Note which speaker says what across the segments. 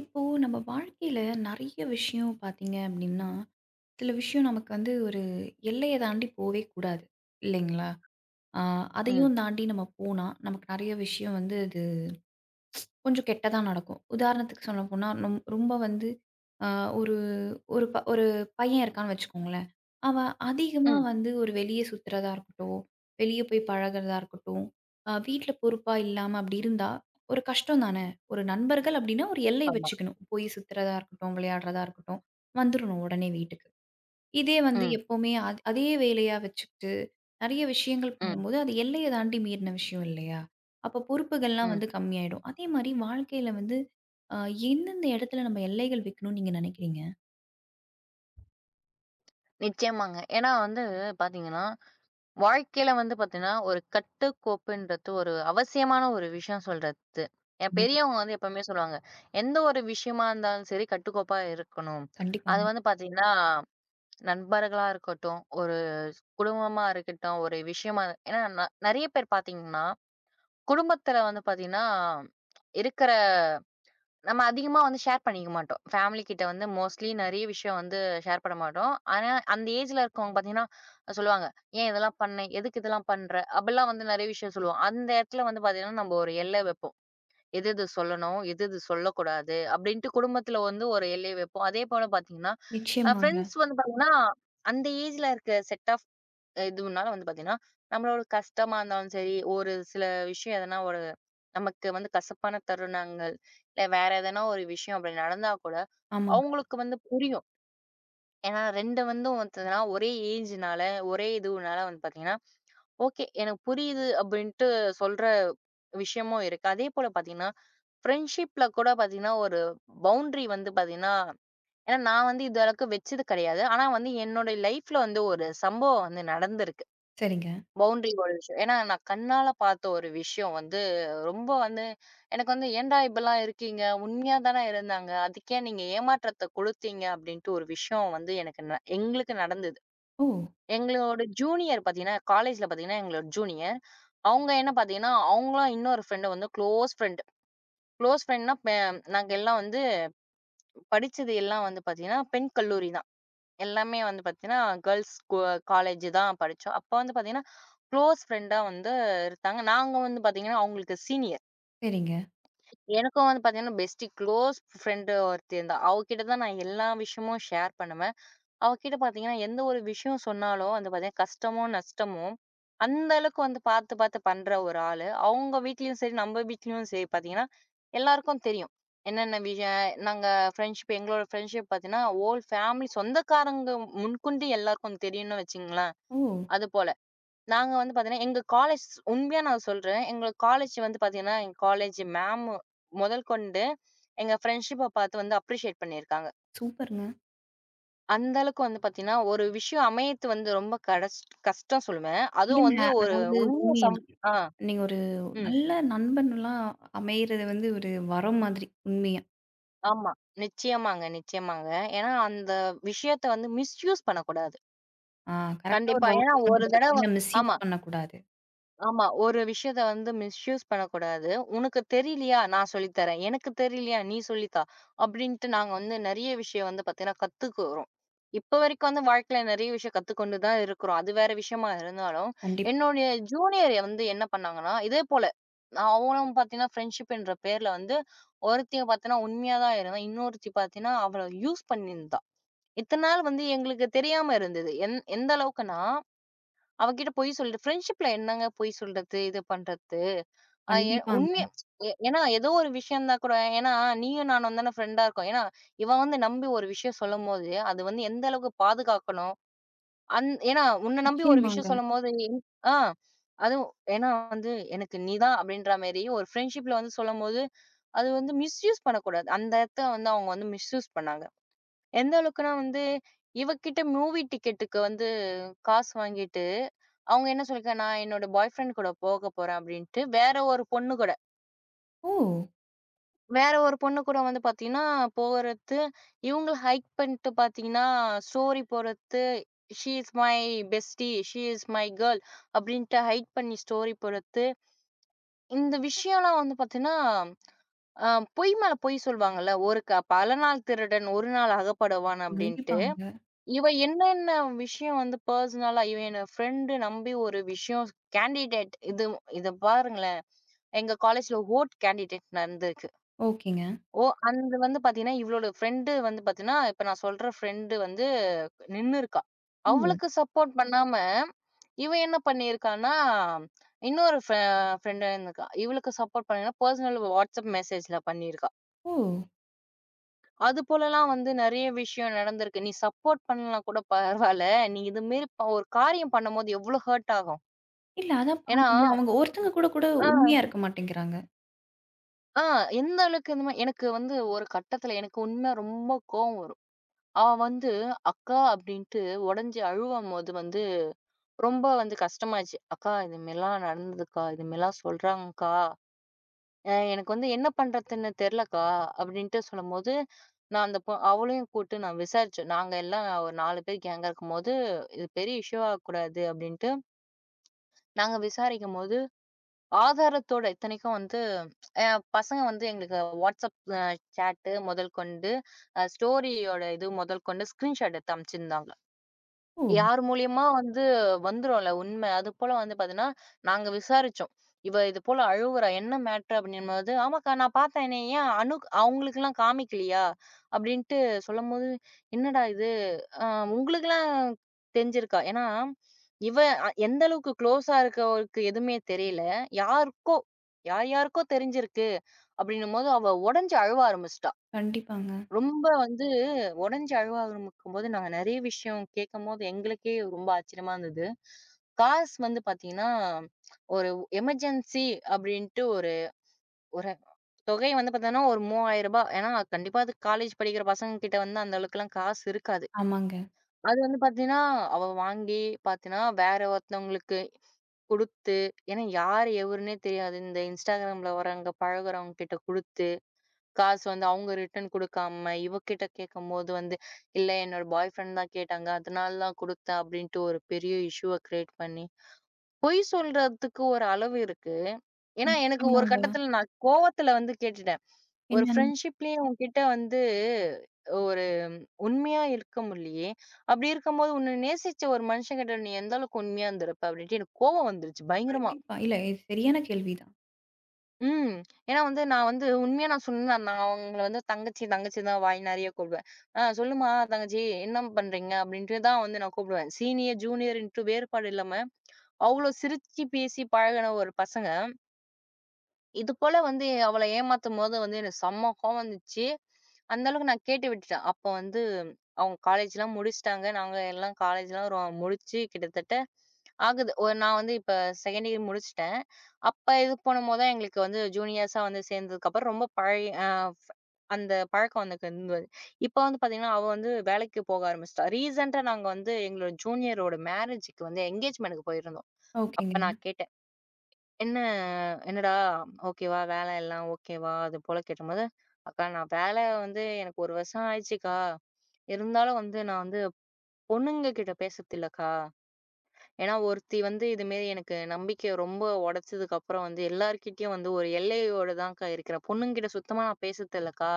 Speaker 1: இப்போ நம்ம வாழ்க்கையில நெறைய விஷயம் பார்த்தீங்க அப்படின்னா, சில விஷயம் நமக்கு வந்து ஒரு எல்லைய தாண்டி போவே கூடாது. இல்லைங்களா? ஆ
Speaker 2: ம்,
Speaker 1: அதையும் தாண்டி நம்ம போனா, நமக்கு நெறைய விஷயம் வந்து அது கொஞ்சம் கெட்டதா நடக்கும். உதாரணத்துக்கு சொல்லப்போனா, ரொம்ப வந்து அ ஒரு ஒரு ப ஒரு பையன் இருக்கான்னு வச்சுக்கோங்களேன். அவன் அதிகமா
Speaker 2: ம்.
Speaker 1: வந்து ஒரு வெளிய சுத்துறதா இருக்கட்டும், வெளிய போய் பழகுறதா இருக்கட்டும், வீட்ல பொறுப்பா இல்லாம அப்படி இருந்தா, ஒரு கஷ்டம் தானே! ஒரு நண்பர்கள் அப்படின்னா ஒரு எல்லை
Speaker 2: ஆமா.
Speaker 1: வச்சுக்கணும். போய் சுத்துறதா இருக்கட்டும், விளையாடுறதா இருக்கட்டும், வந்துரணும் உடனே வீட்டுக்கு. இதே வந்து
Speaker 2: ம்,
Speaker 1: எப்பவுமே அதே வேலையா வச்சுக்கிட்டு, நெறைய விஷயங்கள்
Speaker 2: ம்,
Speaker 1: பண்ணும்போது, அது எல்லைய தாண்டி மீறின விஷயம் இல்லையா? அப்ப பொறுப்புகள்லாம்
Speaker 2: ம்.
Speaker 1: வந்து கம்மியாயிடும். அதே மாரி வாழ்க்கையில வந்து அ எந்தெந்த இடத்துல நம்ம எல்லைகள் வைக்கணும்னு நீங்க நினைக்கிறீங்க?
Speaker 2: நிச்சயமாங்க. ஏன்னா வந்து பார்த்தீங்கன்னா, வாழ்க்கையில வந்து பார்த்தீங்கன்னா, ஒரு கட்டுக்கோப்புன்றது ஒரு அவசியமான ஒரு விஷயம் சொல்றது. ஏன்
Speaker 1: கண்
Speaker 2: பெரியவங்க வந்து எப்பவுமே சொல்லுவாங்க. எந்த ஒரு விஷயமா இருந்தாலும் சரி கட்டுக்கோப்பா இருக்கணும். அது
Speaker 1: கண்டிப்பாங்க.
Speaker 2: வந்து பார்த்தீங்கன்னா, நண்பர்களா இருக்கட்டும், ஒரு குடும்பமா இருக்கட்டும், ஒரு விஷயமா, ஏன்னா நெறைய பேர் பார்த்தீங்கன்னா, குடும்பத்தில வந்து பார்த்தீங்கன்னா, இருக்கிற நம்ம அதிகமா வந்து ஷேர் பண்ணிக்க மாட்டோம். ஃபேமிலி கிட்ட வந்து மோஸ்ட்லி நெறைய விஷயம் வந்து ஷேர் பண்ண மாட்டோம். ஆனா, அந்த ஏஜ்ல இருக்கவங்க பார்த்தீங்கன்னா, சொல்லுவாங்க. "ஏன் இதெல்லாம் பண்ண? எதுக்கு இதெல்லாம் பண்ற?" அப்படிலாம் வந்து நெறைய விஷயம் சொல்லுவோம். அந்த இடத்துல வந்து பார்த்தீங்கன்னா, நம்ம ஒரு எல்லை வைப்போம். எது எது சொல்லணும், எது எது சொல்லக்கூடாது அப்படின்ட்டு குடும்பத்துல வந்து ஒரு எல்லை வைப்போம். அதே போல பார்த்தீங்கன்னா,
Speaker 1: நிச்சயமாங்க.
Speaker 2: ஃப்ரெண்ட்ஸ் வந்து பார்த்தீங்கன்னா, அந்த ஏஜ்ல இருக்க செட் ஆஃப் இதுனால வந்து பார்த்தீங்கன்னா, நம்மளோட கஷ்டமா இருந்தாலும் சரி, ஒரு சில விஷயம் எதனா ஒரு நமக்கு வந்து கசப்பான தருணங்கள், இல்ல வேற எதனா ஒரு விஷயம் அப்படி நடந்தா கூட,
Speaker 1: ஆமாங்க.
Speaker 2: அவங்களுக்கு வந்து புரியும். ஏன்னா 2 வந்து வந்ததுனா ஒரே ஏஜ்னால, ஒரே இதுனால வந்து பார்த்தீங்கன்னா, ஓகே எனக்கு புரியுது அப்படின்ட்டு சொல்ற விஷயமும் இருக்கு. அதேபோல பார்த்தீங்கன்னா, ஃப்ரெண்ட்ஷிப்ல கூட பார்த்தீங்கன்னா, ஒரு பவுண்டரி வந்து பார்த்தீங்கன்னா, ஏன்னா நான் வந்து இதுவரைக்கும் வச்சது கிடையாது. ஆனா வந்து என்னோட லைஃப்ல வந்து ஒரு சம்பவம் வந்து நடந்திருக்கு.
Speaker 1: சரிங்க.
Speaker 2: பவுண்டரி ஒரு விஷயம். ஏன்னா, நான் கண்ணால பார்த்த ஒரு விஷயம் வந்து, ரொம்ப வந்து எனக்கு வந்து "ஏன்டா இப்படிலாம் இருக்கீங்க? உண்மையா தானே இருந்தாங்க. அதுக்கு ஏன் நீங்க ஏமாற்றத்த கொடுத்தீங்க?" அப்படின்ட்டு ஒரு விஷயம் வந்து எனக்கு எங்களுக்கு நடந்தது.
Speaker 1: ஓ!
Speaker 2: எங்களோட ஜூனியர் பார்த்தீங்கன்னா, காலேஜ்ல பார்த்தீங்கன்னா, எங்களோட ஜூனியர். அவங்க என்ன பார்த்தீங்கன்னா, அவங்களும் இன்னொரு ஃப்ரெண்டு வந்து க்ளோஸ் ஃப்ரெண்ட். க்ளோஸ் ஃப்ரெண்ட்னா, நாங்க எல்லாம் வந்து படிச்சது எல்லாம் வந்து பார்த்தீங்கன்னா, பெண் கல்லூரி தான். எல்லாமே வந்து பார்த்தீங்கன்னா, கேர்ல்ஸ் கோ காலேஜ் தான் படிச்சோம். அப்ப வந்து பார்த்தீங்கன்னா, குளோஸ் ஃப்ரெண்டா வந்து இருந்தாங்க. நாங்க வந்து பார்த்தீங்கன்னா, அவங்களுக்கு சீனியர்.
Speaker 1: சரிங்க.
Speaker 2: எனக்கும் வந்து பார்த்தீங்கன்னா, பெஸ்டி க்ளோஸ் ஃப்ரெண்டு ஒருத்தி இருந்தா. அவகிட்ட தான் நான் எல்லா விஷயமும் ஷேர் பண்ணுவேன். அவகிட்ட பார்த்தீங்கன்னா, எந்த ஒரு விஷயம் சொன்னாலும் வந்து பார்த்தீங்கன்னா, கஷ்டமோ, நஷ்டமோ, அந்த அளவுக்கு வந்து பார்த்து, பார்த்து பண்ற ஒரு ஆளு. அவங்க வீட்லயும் சரி, நம்ம வீட்லயும் சரி பார்த்தீங்கன்னா, எல்லாருக்கும் தெரியும். என்னென்ன விஷயம் நாங்க ஃப்ரெண்ட்ஷிப் எங்களோட ஃப்ரெண்ட்ஷிப் பார்த்தீங்கன்னா, ஹோல் ஃபேமிலி சொந்தக்காரங்க முன்கொண்டு எல்லாருக்கும் தெரியும்னு வச்சுக்கங்களேன்.
Speaker 1: ஓ!
Speaker 2: அதுபோல. நாங்க வந்து பார்த்தீங்கன்னா, எங்க காலேஜ் உண்மையா நான் சொல்றேன். எங்க காலேஜ் வந்து பார்த்தீங்கன்னா, எங்க காலேஜ் மேம் முதல் கொண்டு எங்க ஃப்ரெண்ட்ஷிப்ப பார்த்து வந்து அப்ரிஷியேட் பண்ணியிருக்காங்க.
Speaker 1: சூப்பருங்க.
Speaker 2: அந்த அளவுக்கு வந்து பார்த்தீங்கன்னா, ஒரு விஷயம் அமையத்து வந்து ரொம்ப கஷ்டம் சொல்லுவேன். அதுவும்
Speaker 1: இல்லங்க.
Speaker 2: வந்து ஒரு
Speaker 1: அதாவது
Speaker 2: உண்மைய
Speaker 1: உண்மையா.
Speaker 2: சம் ஆ,
Speaker 1: நீங்க ஒரு
Speaker 2: ம்.
Speaker 1: நல்ல நண்பன்லாம் அமையறது வந்து ஒரு வரம் மாதிரி. உண்மையா.
Speaker 2: ஆமா. நிச்சயமாங்க, நிச்சயமாங்க. ஏன்னா அந்த விஷயத்த வந்து மிஸ்யூஸ் பண்ணக்கூடாது.
Speaker 1: ஆ கரெக்ட்டா ஒரு
Speaker 2: கண்டிப்பா. ஏன்னா
Speaker 1: வார்த்தை
Speaker 2: ஒரு
Speaker 1: சொன்னீங்க
Speaker 2: தடவ
Speaker 1: பார்த்தீங்கன்னா,
Speaker 2: ஆமா.
Speaker 1: மிஸ்யூஸ் பண்ணக்கூடாது.
Speaker 2: ஆமா. ஒரு விஷயத்த வந்து மிஸ்யூஸ் பண்ணக்கூடாது. "உனக்கு தெரியலையா? நான் சொல்லி தரேன். எனக்கு தெரியலையா? நீ சொல்லி தா" அப்படின்ட்டு நாங்க வந்து நெறைய விஷயம் வந்து பார்த்தீங்கன்னா கத்துக்குறோம். இப்ப வரைக்கும் வந்து வாழ்க்கையில நெறைய விஷயம் கத்துக்கொண்டு தான் இருக்கிறோம். அது வேற விஷயமா இருந்தாலும்,
Speaker 1: கண்டிப்பா.
Speaker 2: என்னுடைய ஜூனியர் வந்து என்ன பண்ணாங்கன்னா, இதே போல நான் அவங்களும் பார்த்தீங்கன்னா, ஃப்ரெண்ட்ஷிப்ன்ற பேர்ல வந்து ஒருத்திய பார்த்தீங்கன்னா உண்மையா தான் இருந்தா. இன்னொருத்தி பார்த்தீங்கன்னா, அவள யூஸ் பண்ணியிருந்தா. இத்தன நாள் வந்து எங்களுக்கு தெரியாம இருந்தது. எந்த அளவுக்குன்னா அவகிட்ட பொய் சொல்லிட்டு ஃப்ரெண்ட்ஷிப்ல என்னங்க பொய் சொல்றது, இது பண்றது? அ எ
Speaker 1: கண்டிப்பாங்க.
Speaker 2: உண்மைய எ ஏன்னா ஏதோ ஒரு விஷயம் தான் கூட, ஏன்னா நீயும் நானும் தானே ஃப்ரெண்டா இருக்கோம். ஏன்னா இவ வந்து நம்பி ஒரு விஷயம் சொல்லும்போது, அது வந்து எந்த அளவுக்கு பாதுகாக்கணும். ஏன்னா உன்ன நம்பி ஒரு
Speaker 1: நிச்சயமாங்க.
Speaker 2: விஷயம் சொல்லும்போது என் ஆ அதுவும் ஏன்னா வந்து எனக்கு நீ தான் அப்படின்ற மாரி ஒரு ஃப்ரெண்ட்ஷிப்ல வந்து சொல்லும்போது, அது வந்து மிஸ்யூஸ் பண்ணக்கூடாது. அந்த இடத்த வந்து அவங்க வந்து மிஸ்யூஸ் பண்ணாங்க. எந்த அளவுக்குன்னா வந்து, இவகிட்ட மூவி டிக்கெட்டுக்கு வந்து காசு வாங்கிட்டு, அவங்க என்ன சொல்லியிருக்காங்க, "நான் என்னோட பாய் ஃப்ரெண்ட் கூட போக போறேன்" அப்படின்ட்டு, வேற ஒரு பொண்ணு கூட.
Speaker 1: ஓ!
Speaker 2: வேற ஒரு பொண்ணு கூட வந்து பார்த்தீங்கன்னா, போறது, இவங்க ஹைக் பண்ணிட்டு பார்த்தீங்கன்னா, ஸ்டோரி போடுறது, "she is my bestie, she is my girl" அப்படின்ட்டு ஹைட் பண்ணி ஸ்டோரி போடுறது. இந்த விஷயம்லாம் வந்து பார்த்தீங்கன்னா, அ பொய் மேல பொய் சொல்வாங்கல்ல, ஒரு "பல நாள் திருடன், ஒரு நாள் அகப்படுவான்" அப்படின்ட்டு.
Speaker 1: கண்டிப்பாங்க.
Speaker 2: இவ என்னென்ன விஷயம் வந்து பர்சனலா, இவ என்ன ஃப்ரெண்ட் நம்பி ஒரு விஷயம் கேண்டிடேட் இது இத பாருங்களேன். எங்க காலேஜ்ல ஓட் கேண்டிடேட் நடந்திருக்கு.
Speaker 1: ஓகேங்க.
Speaker 2: ஓ அது வந்து பாத்தீங்கன்னா, இவளோட ஃப்ரெண்ட் வந்து பாத்தீங்கன்னா, இப்ப நான் சொல்ற ஃப்ரெண்ட் வந்து நின்னு இருக்கா.
Speaker 1: ஓ!
Speaker 2: அவளுக்கு சப்போர்ட் பண்ணாம, இவ என்ன பண்ணியிருக்கான்னா, இன்னொரு ஃப்ரெ ஃப்ரெண்ட் இருக்கா. இவளுக்கு சப்போர்ட் பண்ணினா, பர்சனல் வாட்ஸ்அப் மெசேஜ்ல பண்ணியிருக்கா.
Speaker 1: ஓ!
Speaker 2: அது போலலாம் வந்து நெறைய விஷயம் நடந்திருக்கு. நீ சப்போர்ட் பண்ணலனா கூட பரவால்ல. நீ இது மாரி ஒரு காரியம் பண்ணும்போது எவ்ளோ ஹர்ட் ஆகும்.
Speaker 1: இல்ல அதான்
Speaker 2: ஏன்னா
Speaker 1: பாருங்களேன், அவங்க ஒருத்தங்க கூட கூட
Speaker 2: ஆ,
Speaker 1: உண்மையா இருக்க மாட்டேங்கிறாங்க.
Speaker 2: ஆ எந்த அளவுக்கு இந்த மாரி எனக்கு வந்து ஒரு கட்டத்துல எனக்கு உண்மையா ரொம்ப கோவம் வரும். அவ வந்து அக்கா அப்டின்ட்டு உடைஞ்சு அழுவம்போது வந்து ரொம்ப வந்து கஷ்டமாச்சு. அக்கா இது மாரிலாம் நடந்ததுக்கா, இது மாரிலாம் சொல்றாங்கக்கா. அ எனக்கு வந்து என்ன பண்றதுன்னு தெரிலக்கா! அப்டின்ட்டு சொல்லும்போது, நான் அந்த பொ அவளையும் கூப்ட்டு நான் விசாரிச்சோம். நாங்க எல்லாம் ஒரு 4 பேர் கேங்கா இருக்கும்போது, இது பெரிய இஷ்யூ ஆகக்கூடாது அப்டின்ட்டு, நாங்க விசாரிக்கும்போது, ஆதாரத்தோட இத்தனைக்கும் வந்து அ பசங்க வந்து எங்களுக்கு WhatsApp சேட்டு முதல் கொண்டு, ஸ்டோரியோட இது முதல் கொண்டு ஸ்கிரீன்ஷாட் எடுத்து அனுப்பிச்சிருந்தாங்க.
Speaker 1: ஓ!
Speaker 2: யார் மூலியமா வந்து வந்துரும்ல உண்மை. அதுபோல வந்து பார்த்தீங்கன்னா, நாங்க விசாரிச்சோம். இவ இது போல அழுவுறா. என்ன மேட்டர் அப்படின்னும்போது, "ஆமாக்கா நான் பார்த்தேன். என்னை ஏன் அவங்களுக்கெல்லாம் காமிக்கலையா?" அப்படின்ட்டு சொல்லும்போது, "என்னடா இது! அ உங்களுக்கெல்லாம் தெரிஞ்சிருக்கா?" ஏன்னா, இவ எந்த அளவுக்கு குளோஸா இருக்கவருக்கு எதுவுமே தெரியல. யாருக்கோ யார் யாருக்கோ தெரிஞ்சிருக்கு அப்படின்னும்போது, அவ உடைஞ்சு அழுவ ஆரம்பிச்சுட்டா.
Speaker 1: கண்டிப்பாங்க.
Speaker 2: ரொம்ப வந்து உடைஞ்சு அழுவ ஆரம்பிக்கும்போது, நாங்க நெறைய விஷயம் கேட்கும்போது, எங்களுக்கே ரொம்ப ஆச்சரியமா இருந்தது. காசு வந்து பார்த்தீங்கன்னா, ஒரு எமர்ஜென்சி அப்டின்ட்டு ஒரு ஒரு தொகை வந்து பார்த்தோம்னா, ஒரு ரூ. 3,000, ஏன்னா, கண்டிப்பா அது காலேஜ் படிக்கிற பசங்க கிட்ட வந்து அந்த அளவுக்குலாம் காசு இருக்காது.
Speaker 1: ஆமாங்க.
Speaker 2: அது வந்து பார்த்தீங்கன்னா, அவ வாங்கி பார்த்தீங்கன்னா, வேற ஒருத்தவங்களுக்கு குடுத்து, ஏன்னா யார் எவருன்னே தெரியாது. இந்த Instagramல வரவங்க, பழகுறவங்க கிட்ட குடுத்து காசு வந்து அவங்க ரிட்டர்ன் குடுக்காம, இவகிட்ட கேட்கும்போது வந்து, "இல்ல என்னோட பாய் ஃப்ரெண்ட் தான் கேட்டாங்க. அதனால தான் குடுத்தேன்." அப்படின்ட்டு ஒரு பெரிய இஷ்யூவ கிரியேட் பண்ணி, பொய் சொல்றதுக்கு ஒரு அளவு இருக்கு. ஏன்னா, எனக்கு ஒரு
Speaker 1: நிச்சயமாங்க.
Speaker 2: கட்டத்தில நான் கோவத்தில வந்து கேட்டுட்டேன். ஒரு
Speaker 1: என்னன்னு
Speaker 2: ஃப்ரெண்ட்ஷிப்லயும் உன்கிட்ட வந்து ஒரு உண்மையா இருக்க முடியலயே! அப்படி இருக்கும்போது, உன்ன நேசிச்ச ஒரு மனுஷங்கிட்ட நீ எந்த அளவுக்கு உண்மையா இருந்திருப்ப? அப்படின்ட்டு எனக்கு கோவம் வந்துருச்சு பயங்கரமா.
Speaker 1: கண்டிப்பா. இல்ல இது சரியான கேள்விதான்.
Speaker 2: ம். ஏன்னா வந்து நான் வந்து உண்மையா நான் சொன்னேன். நான் அவங்கள வந்து தங்கச்சி, தங்கச்சி தான் வாய் நெறைய கூப்பிடுவேன். "ஆ சொல்லுமா தங்கச்சி, என்ன பண்றீங்க?" அப்படின்ட்டு தான் வந்து நான் கூப்பிடுவேன். சீனியர், ஜூனியர் இன்ட்டு வேறுபாடு இல்லாம, அவ்ளோ சிரிச்சு பேசி பழகுன ஒரு பசங்க. இது போல வந்து அவள ஏமாத்தும்போது வந்து எனக்கு செம்ம கோவம் வந்துச்சு. அந்த அளவுக்கு நான் கேட்டு விட்டுட்டேன். அப்போ வந்து அவங்க காலேஜ்லாம் முடிச்சுட்டாங்க. நாங்க எல்லாம் காலேஜ்லாம் முடிச்சு கிட்டத்தட்ட ஆகுது. ஒரு நான் வந்து இப்ப செகண்ட் இயர் முடிச்சுட்டேன். அப்ப இது பண்ணும்போது தான் எங்களுக்கு வந்து ஜூனியர்ஸா வந்து சேர்ந்ததுக்கப்புறம் ரொம்ப பழகி அந்த பழக்கம் எனக்கு இருந்தது. இப்ப வந்து பார்த்தீங்கன்னா, அவ வந்து வேலைக்கு போக ஆரம்பிச்சுட்டா. ரீசென்ட்டா நாங்க வந்து எங்களோட ஜூனியரோட மேரேஜுக்கு வந்து எங்கேஜ்மென்ட்க்கு போயிருந்தோம். அப்ப
Speaker 1: ஓகேங்க.
Speaker 2: நான் கேட்டேன். என்ன "என்னடா ஓகேவா? வேலை எல்லாம் ஓகேவா?" அது போல கேட்டபோது, "அக்கா நான் வேலை வந்து எனக்கு 1 வருஷம் ஆயிடுச்சுக்கா. இருந்தாலும் வந்து நான் வந்து பொண்ணுங்க கிட்ட பேசுறது இல்லக்கா. ஏன்னா ஒருத்தி வந்து இதுமாரி எனக்கு நம்பிக்கைய ரொம்ப உடைச்சதுக்கு அப்புறம் வந்து எல்லார்கிட்டயும் வந்து ஒரு எல்லையோட தான்க்கா இருக்கிறேன். பொண்ணுங்ககிட்ட சுத்தமா நான் பேசுறது இல்லக்கா.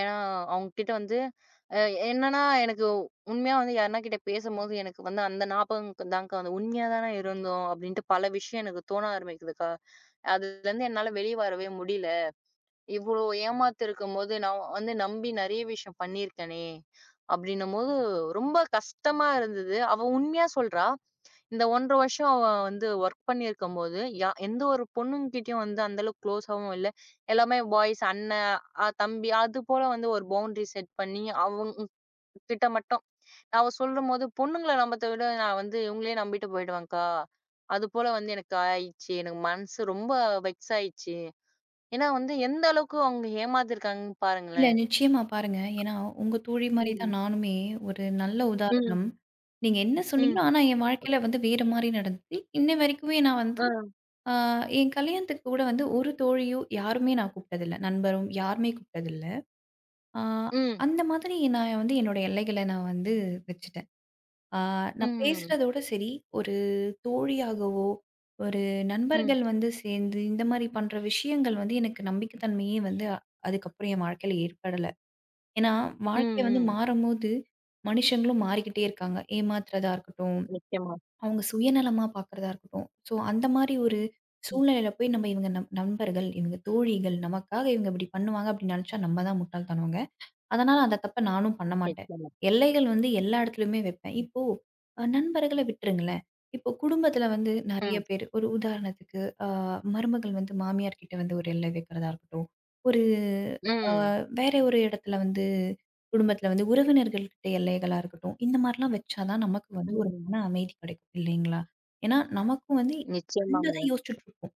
Speaker 2: ஏன்னா அவங்ககிட்ட வந்து அ என்னன்னா எனக்கு உண்மையா வந்து யாருனா கிட்ட பேசும்போது எனக்கு வந்து அந்த ஞாபகம் தான்க்கா வந்து உண்மையா தானே இருந்தோம்." அப்படின்ட்டு பல விஷயம் எனக்கு தோண ஆரம்பிக்குதுக்கா. அதுலருந்து என்னால வெளிய வரவே முடியல. இவ்ளோ ஏமாத்து இருக்கும்போது, நான் வந்து நம்பி நெறைய விஷயம் பண்ணியிருக்கேனே! அப்டின்னும்போது ரொம்ப கஷ்டமா இருந்தது. அவ உண்மையா சொல்றா. இந்த 1 1/2 வருஷம் அவ வந்து ஒர்க் பண்ணியிருக்கும்போது, எந்த ஒரு பொண்ணுங்கிட்டயும் வந்து அந்த அளவுக்கு க்ளோஸாவும் இல்ல. எல்லாமே பாய்ஸ் அண்ணன், தம்பி அது போல வந்து ஒரு பவுண்டரி செட் பண்ணி அவங்க கிட்ட மட்டும் அவ சொல்லும்போது, பொண்ணுங்கள நம்பத்த விட நான் வந்து இவங்களையே நம்பிட்டு போயிடுவேன்க்கா. அது போல வந்து எனக்கு ஆயிடுச்சு. எனக்கு மனசு ரொம்ப வெக்ஸ் ஆயிடுச்சு. ஏன்னா வந்து எந்த அளவுக்கு அவங்க ஏமாத்திருக்காங்கன்னு
Speaker 1: இல்ல
Speaker 2: பாருங்களேன்.
Speaker 1: நிச்சயமா பாருங்க. ஏன்னா உங்க தோழி மாரி
Speaker 2: ம்.
Speaker 1: தான் நானுமே ஒரு நல்ல
Speaker 2: ம்.
Speaker 1: உதாரணம். நீங்க என்ன
Speaker 2: ம்.
Speaker 1: சொன்னீங்களோ, ஆனா என் வாழ்க்கையில வந்து வேற மாரி நடந்தது. இன்ன வரைக்குமே நான் வந்து
Speaker 2: ஆ.
Speaker 1: ஆ என் கல்யாணத்துக்கு கூட வந்து ஒரு தோழியோ யாருமே நான் கூப்பிட்டதில்ல. நண்பரும் யாருமே கூப்பிட்டதில்ல. ஆ,
Speaker 2: ம்.
Speaker 1: அந்த மாதிரி நான் வந்து என்னோட எல்லைகள நான் வந்து வச்சுட்டேன். ஆ நான்
Speaker 2: ம்.
Speaker 1: பேசுறதோட சரி, ஒரு தோழியாகவோ, ஒரு
Speaker 2: ம்.
Speaker 1: நண்பர்கள் வந்து சேர்ந்து இந்த மாரி பண்ற விஷயங்கள் வந்து எனக்கு நம்பிக்கை தன்மையே வந்து அதுக்கப்புறம் என் வாழ்க்கையில ஏற்படல. ஏன்னா,
Speaker 2: ம்.
Speaker 1: வாழ்க்கை வந்து
Speaker 2: ம்.
Speaker 1: மாறும்போது மனுஷங்களும் மாறிக்கிட்டே இருக்காங்க. ஏமாத்துறதா இருக்கட்டும்,
Speaker 2: நிச்சயமா.
Speaker 1: அவங்க சுயநலமா பார்க்குறதா இருக்கட்டும். ஸோ, அந்த மாரி ஒரு
Speaker 2: ம்.
Speaker 1: சூழ்நிலையில போய் நம்ம இவங்க நம் நண்பர்கள், இவங்க தோழிகள், நமக்காக இவங்க இப்படி பண்ணுவாங்க அப்படின்னு நினைச்சா நம்ம தான் முட்டாள் தனங்க. அதனால அந்த தப்ப நானும் பண்ண மாட்டேன்.
Speaker 2: நிச்சயமா.
Speaker 1: எல்லைகள் வந்து எல்லா இடத்துலயுமே வைப்பேன். இப்போ நண்பர்கள விட்டுருங்களேன். இப்போ குடும்பத்தில வந்து நெறைய
Speaker 2: ம்.
Speaker 1: பேரு ஒரு உதாரணத்துக்கு அ மருமகள் வந்து மாமியார் கிட்ட வந்து ஒரு எல்லை வைக்கிறதா இருக்கட்டும். ஒரு
Speaker 2: ம்.
Speaker 1: வேற ஒரு இடத்துல வந்து குடும்பத்தில வந்து உறவினர்கள் கிட்ட எல்லைகளா இருக்கட்டும். இந்த மாரிலாம் வச்சா தான் நமக்கு வந்து ஒரு
Speaker 2: ம்.
Speaker 1: மன அமைதி கிடைக்கும் இல்லைங்களா? ஏன்னா நமக்கும் வந்து
Speaker 2: நிச்சயமாங்க.
Speaker 1: தான் யோசிச்சுட்டு இருப்போம்.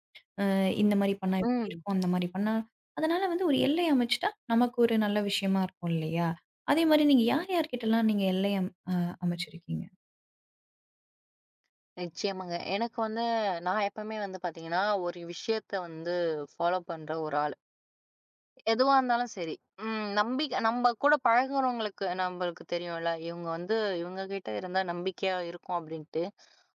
Speaker 1: இந்த மாரி பண்ணா எப்படி
Speaker 2: ம்.
Speaker 1: இருக்கும்? அந்த மாரி பண்ணா அதனால வந்து ஒரு எல்லை அமைச்சுட்டா, நமக்கு ஒரு நல்ல விஷயமா இருக்கும் இல்லையா? அதே மாரி நீங்க யார் யார்கிட்டலாம் நீங்க எல்லை அம் அ அமைச்சிருக்கீங்க?
Speaker 2: நிச்சயமாங்க. எனக்கு வந்து நான் எப்பவுமே வந்து பார்த்தீங்கன்னா, ஒரு விஷயத்த வந்து ஃபாலோ பண்ற ஒரு ஆளு. எதுவா இருந்தாலும் சரி. ம் நம்பிக்கை நம்ப கூட பழகுறவங்களுக்கு நம்பளுக்கு தெரியும்ல. இவங்க வந்து இவங்க கிட்ட இருந்தா நம்பிக்கையா இருக்கும் அப்படின்ட்டு.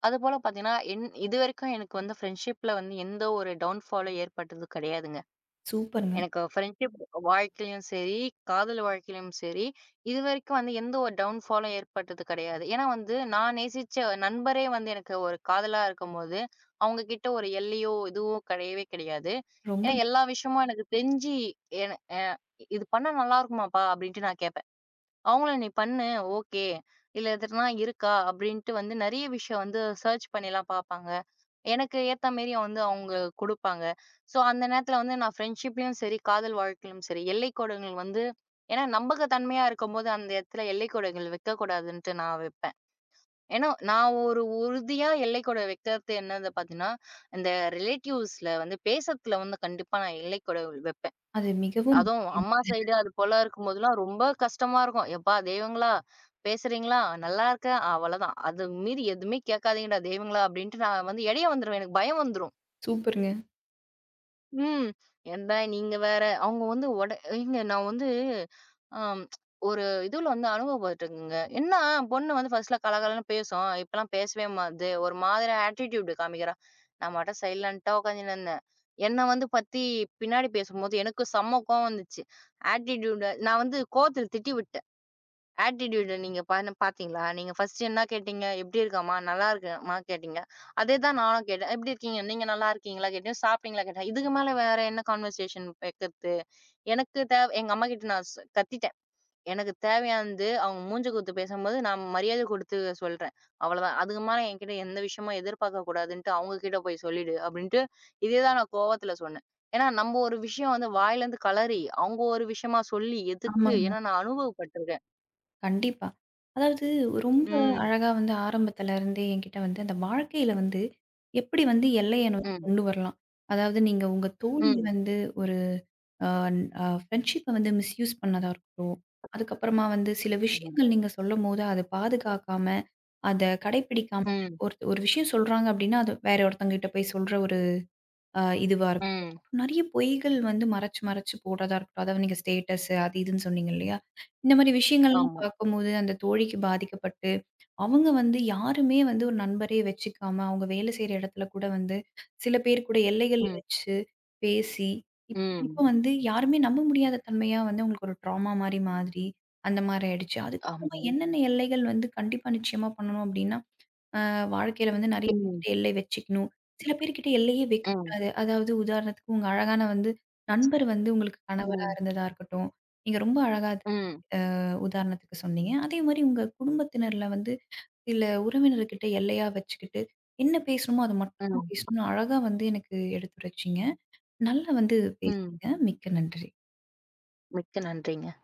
Speaker 2: அதுபோல பார்த்தீங்கன்னா, என் இதுவரைக்கும் எனக்கு வந்து ஃப்ரெண்ட்ஷிப்ல வந்து எந்த ஒரு டவுன்ஃபாலும் ஏற்பட்டது கிடையாதுங்க.
Speaker 1: சூப்பருங்க.
Speaker 2: எனக்கு ஃப்ரெண்ட்ஷிப் வாழ்க்கையிலும் சரி, காதல் வாழ்க்கையிலும் சரி, இதுவரைக்கும் வந்து எந்த ஒரு டவுன்ஃபாலும் ஏற்பட்டது கிடையாது. ஏன்னா வந்து நான் நேசிச்ச நண்பரே வந்து எனக்கு ஒரு காதலா இருக்கும்போது, அவங்க கிட்ட ஒரு எல்லையோ, இதுவோ கிடையவே கிடையாது.
Speaker 1: ரொம்ப
Speaker 2: ஏன்னா எல்லா விஷயமும் எனக்கு தெரிஞ்சு, என அ "இது பண்ணா நல்லா இருக்குமாப்பா?" அப்படின்ட்டு நான் கேப்பேன். அவங்களும் "நீ பண்ணு. ஓகே. இல்ல எதுனா இருக்கா?" அப்படின்ட்டு வந்து நெறைய விஷயம் வந்து சர்ச் பண்ணிலாம் பார்ப்பாங்க. எனக்கு ஏத்த மாரி வந்து அவங்க குடுப்பாங்க. ஸோ, அந்த நேரத்துல வந்து நான் ஃப்ரெண்ட்ஷிப்லயும் சரி, காதல் வாழ்க்கையிலும் சரி, எல்லைக்கோடுகள் வந்து ஏன்னா நம்பகத்தன்மையா இருக்கும்போது அந்த இடத்துல எல்லைக்கோடுகள் வைக்கக்கூடாதுன்ட்டு நான் வைப்பேன். ஏன்னா நான் ஒரு உறுதியா எல்லைக்கோடு வைக்கிறது என்னது பார்த்தீங்கன்னா, இந்த ரிலேட்டிவ்ஸ்ல வந்து பேசறதுல வந்து கண்டிப்பா நான் எல்லைக்கோடு வைப்பேன்.
Speaker 1: அது மிகவும்
Speaker 2: அதுவும் அம்மா
Speaker 1: அவசியங்க.
Speaker 2: சைடு அது போல இருக்கும்போதெல்லாம் ரொம்ப கஷ்டமா இருக்கும். "எப்பா தெய்வங்களா! பேசுறீங்களா? நல்லா இருக்கேன். அவ்வளதான். அது மீறி எதுவுமே கேட்காதீங்கடா தெய்வங்களா!" அப்படின்ட்டு நான் வந்து இடைய வந்துருவேன். எனக்கு பயம் வந்துரும்.
Speaker 1: சூப்பருங்க.
Speaker 2: ம். ஏன்டா நீங்க வேற. அவங்க வந்து ஏங்க நான் வந்து அம் ஒரு இதுல வந்து அனுபவப்பட்டுருக்கேங்க. என்ன பொண்ணு வந்து ஃபர்ஸ்ட்ல கலகலன்னு பேசும். இப்பலாம் பேசவே மாட்டுது. ஒரு மாதிரியா ஆட்டிட்யூட் காமிக்கிறா. நான் மட்டும் சைலன்ட்டா உட்காந்துன்னு இருந்தேன். என்ன வந்து பத்தி பின்னாடி பேசும்போது எனக்கு செம்ம கோவம் வந்துச்சு. ஆட்டிட்யூட் நான் வந்து கோவத்துல திட்டி விட்டேன். ஆட்டிட்யூட நீங்க பாத்தீங்களா? நீங்க ஃபர்ஸ்ட் என்ன கேட்டீங்க? "எப்டி இருக்கம்மா? நல்லா இருக்கேம்மா" கேட்டீங்க. அதே தான் நானும் கேட்டேன். "எப்டி இருக்கீங்க? நீங்க நல்லா இருக்கீங்களா?" கேட்டேன். "சாப்பிட்டீங்களா?" கேட்டேன். இதுக்கு மேல வேற என்ன கான்வர்சேஷன் வைக்கிறது? எனக்கு எங்க அம்மாகிட்ட நான் கத்திட்டேன். எனக்கு தேவையானது அவங்க மூஞ்ச குடுத்து பேசும்போது நான் மரியாதை குடுத்து சொல்றேன். அவ்வளதான். அதுக்கு மேல என்கிட்ட எந்த விஷயமும் எதிர்பார்க்க கூடாதுன்ட்டு, "அவங்க கிட்ட போய் சொல்லிடு" அப்டின்ட்டு இதே தான் நான் கோவத்துல சொன்னேன். ஏன்னா நம்ம ஒரு விஷயம் வந்து வாயிலருந்து கலறி, அவங்க ஒரு விஷயமா சொல்லி எதுக்கு?
Speaker 1: ஆமாங்க.
Speaker 2: ஏன்னா நான் அனுபவப்பட்டுருக்கேன்.
Speaker 1: கண்டிப்பா. அதாவது ரொம்ப
Speaker 2: ம்.
Speaker 1: அழகா வந்து ஆரம்பத்துல இருந்தே என்கிட்ட வந்து அந்த வாழ்க்கையில வந்து எப்படி வந்து எல்லைய வந்து
Speaker 2: ம்.
Speaker 1: கொண்டு வரலாம். அதாவது நீங்க உங்க தோழி
Speaker 2: ம்.
Speaker 1: வந்து ஒரு அ அ ஃப்ரெண்ட்ஷிப்ப வந்து மிஸ்யூஸ் பண்ணதா இருக்கட்டும். அதுக்கப்புறமா வந்து சில
Speaker 2: ஆமா.
Speaker 1: விஷயங்கள் நீங்க சொல்லும்போது அத பாதுகாக்காம, அத கடைப்பிடிக்காம
Speaker 2: ம்.
Speaker 1: ஒரு ஒரு விஷயம் சொல்றாங்க அப்படின்னா, அது வேற ஒருத்தவங்ககிட்ட போய் சொல்ற ஒரு இதுவா இருக்கும்.
Speaker 2: ம்.
Speaker 1: நெறைய பொய்கள் வந்து மறைச்சு, மறைச்சு போடுறதா இருக்கட்டும். அதாவது நீங்க ஸ்டேட்டஸ் அது இதுன்னு சொன்னீங்க இல்லையா? இந்த மாரி விஷயங்கள்லாம்
Speaker 2: ஆமா.
Speaker 1: பார்க்கும்போது அந்த தோழிக்கு பாதிக்கப்பட்டு, அவங்க வந்து யாருமே வந்து ஒரு நண்பரே வச்சுக்காம, அவங்க வேலை செய்ற இடத்துல கூட வந்து சில பேர் கூட எல்லைகள்
Speaker 2: ம்.
Speaker 1: வச்சு பேசி, இப்ப
Speaker 2: ம்.
Speaker 1: வரைக்கும் வந்து யாருமே நம்ப முடியாத தன்மையா வந்து அவங்களுக்கு ஒரு ட்ராமா மாரி மாதிரி அந்த மாரி ஆயிடுச்சு. அதுக்கப்புறமா
Speaker 2: ஆமாங்க.
Speaker 1: என்னென்ன எல்லைகள் வந்து கண்டிப்பா நிச்சயமா பண்ணணும் அப்டின்னா, வாழ்க்கையில வந்து நிறைய
Speaker 2: ம்.
Speaker 1: பேர்கிட்ட எல்லை வச்சுக்கணும். சில பேர்கிட்ட எல்லையே
Speaker 2: ம்.
Speaker 1: வைக்கக்கூடாது. அதாவது உதாரணத்துக்கு உங்க அழகான வந்து நண்பர் வந்து உங்களுக்கு கணவரா
Speaker 2: ம்.
Speaker 1: இருந்ததா இருக்கட்டும். நீங்க ரொம்ப அழகா அதுக்கு
Speaker 2: ம்.
Speaker 1: உதாரணத்துக்கு சொன்னீங்க. அதே மாரி உங்க குடும்பத்தினர்ல வந்து சில உறவினர்கிட்ட எல்லையா வச்சுக்கிட்டு, என்ன பேசணுமோ அத மட்டும் தான்
Speaker 2: ம்.
Speaker 1: பேசணும்னு அழகா வந்து எனக்கு எடுத்துரைச்சீங்க. நல்லா வந்து
Speaker 2: ம்.
Speaker 1: பேசுனீங்க. மிக்க நன்றி.
Speaker 2: மிக்க நன்றிங்க.